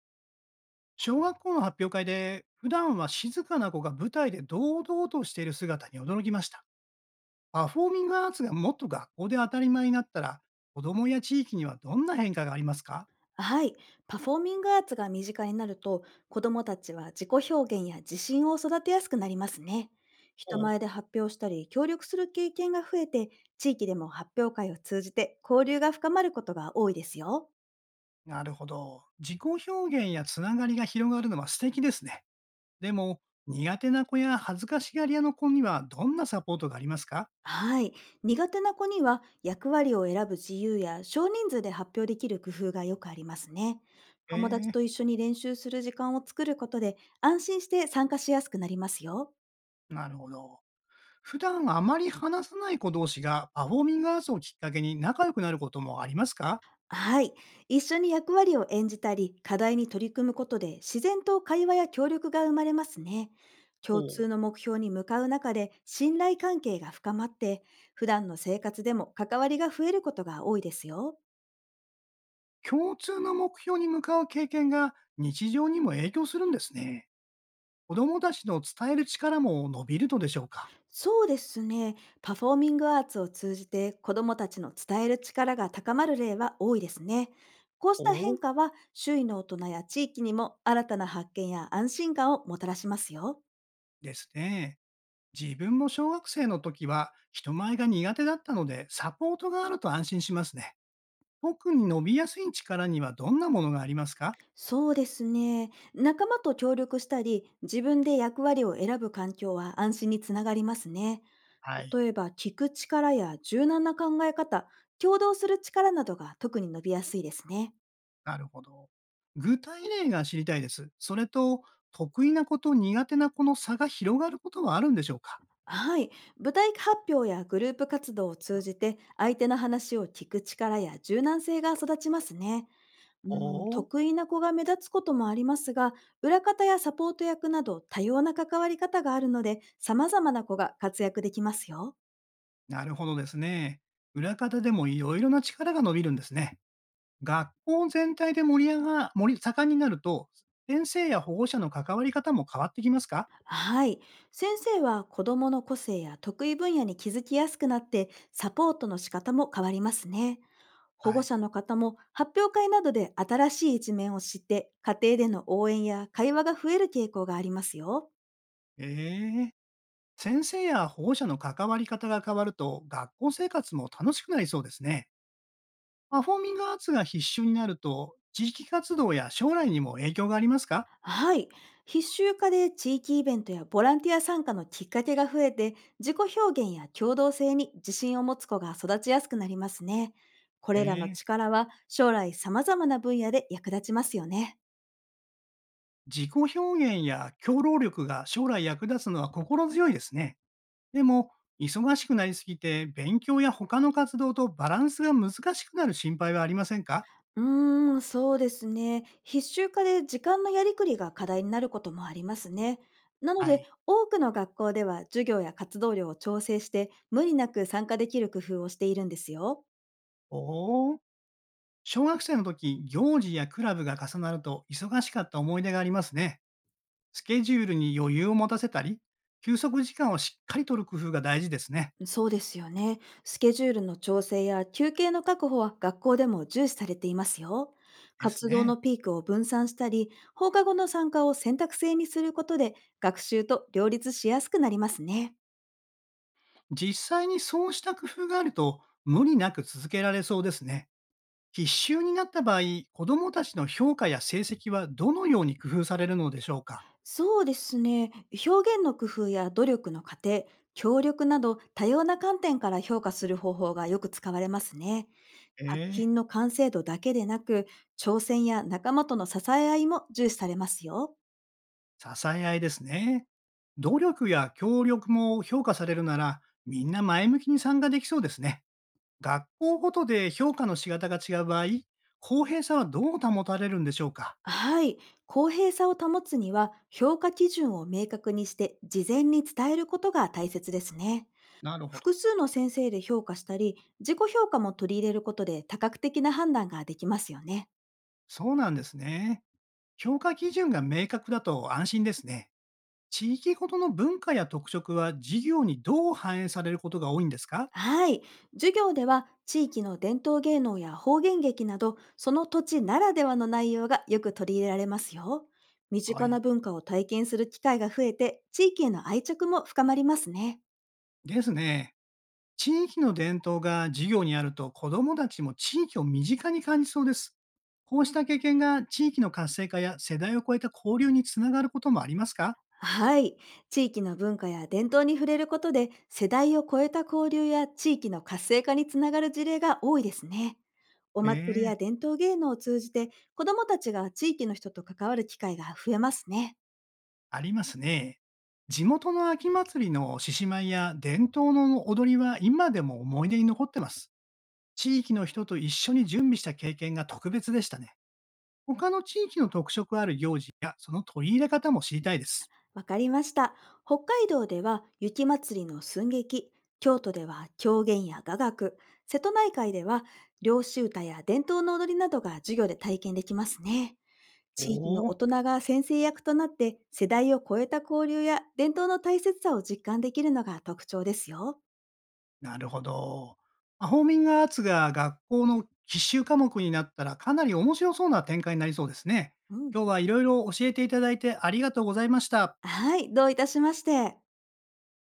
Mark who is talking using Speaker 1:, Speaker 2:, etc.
Speaker 1: 小学校の発表会で、普段は静かな子が舞台で堂々としている姿に驚きました。パフォーミングアーツがもっと学校で当たり前になったら、子供や地域にはどんな変化がありますか？
Speaker 2: はい。パフォーミングアーツが身近になると、子どもたちは自己表現や自信を育てやすくなりますね。人
Speaker 1: お、
Speaker 2: 前で発表したり、協力する経験が増えて、地域でも発表会を通じて交流が深まることが多いですよ。
Speaker 1: なるほど。自己表現やつながりが広がるのは素敵ですね。でも、苦手な子や恥ずかしがり屋の子にはどんなサポートがありますか？
Speaker 2: はい。苦手な子には役割を選ぶ自由や少人数で発表できる工夫がよくありますね。友
Speaker 1: え
Speaker 2: 達
Speaker 1: え、
Speaker 2: と一緒に練習する時間を作ることで安心して参加しやすくなりますよ。
Speaker 1: なるほど。普段あまり話さない子同士がパフォーミングアーツをきっかけに仲良くなることもありますか？
Speaker 2: はい。一緒に役割を演じたり、課題に取り組むことで、自然と会話や協力が生まれますね。共
Speaker 1: お、
Speaker 2: 通の目標に向かう中で、信頼関係が深まって、普段の生活でも関わりが増えることが多いですよ。
Speaker 1: 共通の目標に向かう経験が日常にも影響するんですね。子供たちの伝える力も伸びるのでしょうか？
Speaker 2: そうですね。パフォーミングアーツを通じて、子どもたちの伝える力が高まる例は多いですね。こうし
Speaker 1: お
Speaker 2: た変
Speaker 1: お、
Speaker 2: 化は、周囲の大人や地域にも新たな発見や安心感をもたらしますよ。
Speaker 1: ですね。自分も小学生の時は人前が苦手だったのでサポートがあると安心しますね。特に伸びやすい力にはどんなものがありますか？
Speaker 2: そうですね。仲間と協力したり、自分で役割を選ぶ環境は安心につながりますね。
Speaker 1: はい。
Speaker 2: 例えば、聞く力や柔軟な考え方、協働する力などが特に伸びやすいですね。
Speaker 1: なるほど。具体例が知りたいです。それと、得意なこと、苦手な子の差が広がることはあるんでしょうか？
Speaker 2: はい。舞台発表やグループ活動を通じて、相手の話を聞く力や柔軟性が育ちますね。う
Speaker 1: お
Speaker 2: ん、
Speaker 1: おー、
Speaker 2: 得意な子が目立つこともありますが、裏方やサポート役など多様な関わり方があるので、様々な子が活躍できますよ。
Speaker 1: なるほどですね。裏方でもいろいろな力が伸びるんですね。学校全体で盛り上が、盛り、盛んになると、先生や保護者の関わり方も変わってきますか？
Speaker 2: はい。先生は子どもの個性や得意分野に気づきやすくなって、サポートの仕方も変わりますね。保
Speaker 1: は
Speaker 2: 護
Speaker 1: い。
Speaker 2: 者の方も発表会などで新しい一面を知って、家庭での応援や会話が増える傾向がありますよ。
Speaker 1: ええ、先生や保護者の関わり方が変わると、学校生活も楽しくなりそうですね。パフォーミングアーツが必修になると、地域活動や将来にも影響がありますか？
Speaker 2: はい。必修化で地域イベントやボランティア参加のきっかけが増えて、自己表現や協同性に自信を持つ子が育ちやすくなりますね。これらの
Speaker 1: ええ、
Speaker 2: 力は将来様々な分野で役立ちますよね。
Speaker 1: 自己表現や協労力が将来役立つのは心強いですね。でも、忙しくなりすぎて、勉強や他の活動とバランスが難しくなる心配はありませんか？
Speaker 2: うそうですね。必修化で時間のやりくりが課題になることもありますね。なの
Speaker 1: は
Speaker 2: で、
Speaker 1: い。
Speaker 2: 多くの学校では授業や活動量を調整して、無理なく参加できる工夫をしているんですよ。
Speaker 1: おお。小学生の時、行事やクラブが重なると忙しかった思い出がありますね。スケジュールに余裕を持たせたり、休息時間をしっかりとる工夫が大事ですね。
Speaker 2: そうですよね。スケジュールの調整や休憩の確保は学校でも重視されていますよ。
Speaker 1: です
Speaker 2: 活動
Speaker 1: ね。
Speaker 2: のピークを分散したり、放課後の参加を選択制にすることで、学習と両立しやすくなりますね。
Speaker 1: 実際にそうした工夫があると、無理なく続けられそうですね。必修になった場合、子どもたちの評価や成績はどのように工夫されるのでしょうか？
Speaker 2: そうですね。表現の工夫や努力の過程、協力など多様な観点から評価する方法がよく使われますね。作
Speaker 1: ええ、
Speaker 2: 品の完成度だけでなく、挑戦や仲間との支え合いも重視されますよ。
Speaker 1: 支え合いですね。努力や協力も評価されるなら、みんな前向きに参加できそうですね。学校ごとで評価の仕方が違う場合、公平さはどう保たれるんでしょうか？
Speaker 2: はい。公平さを保つには、評価基準を明確にして事前に伝えることが大切ですね。
Speaker 1: なるほど。
Speaker 2: 複数の先生で評価したり、自己評価も取り入れることで多角的な判断ができますよね。
Speaker 1: そうなんですね。評価基準が明確だと安心ですね。地域ごとの文化や特色は事業にどう反映されることが多いんですか？
Speaker 2: はい。授業では地域の伝統芸能や方言劇など、その土地ならではの内容がよく取り入れられますよ。身
Speaker 1: は
Speaker 2: 近な
Speaker 1: い。
Speaker 2: 文化を体験する機会が増えて、地域への愛着も深まりますね。
Speaker 1: ですね。地域の伝統が授業にあると子どもたちも地域を身近に感じそうです。こうした経験が地域の活性化や世代を超えた交流につながることもありますか？
Speaker 2: はい。地域の文化や伝統に触れることで、世代を超えた交流や地域の活性化につながる事例が多いですね。お
Speaker 1: へ
Speaker 2: 祭りや
Speaker 1: え、
Speaker 2: 伝統芸能を通じて、子どもたちが地域の人と関わる機会が増えますね。
Speaker 1: ありますね。地元の秋祭りの獅子舞や伝統の踊りは今でも思い出に残ってます。地域の人と一緒に準備した経験が特別でしたね。他の地域の特色ある行事やその取り入れ方も知りたいです。
Speaker 2: わかりました。北海道では雪まつりの寸劇、京都では狂言や雅楽、瀬戸内海では漁師歌や伝統の踊りなどが授業で体験できますね。地域の
Speaker 1: お
Speaker 2: 大
Speaker 1: お。
Speaker 2: 人が先生役となって世代を超えた交流や伝統の大切さを実感できるのが特徴ですよ。
Speaker 1: なるほど。アホーミングアーツが学校の必修科目になったらかなり面白そうな展開になりそうですね。
Speaker 2: うん。
Speaker 1: 今日はいろいろ教えていただいてありがとうございました。
Speaker 2: はい、どういたしまして。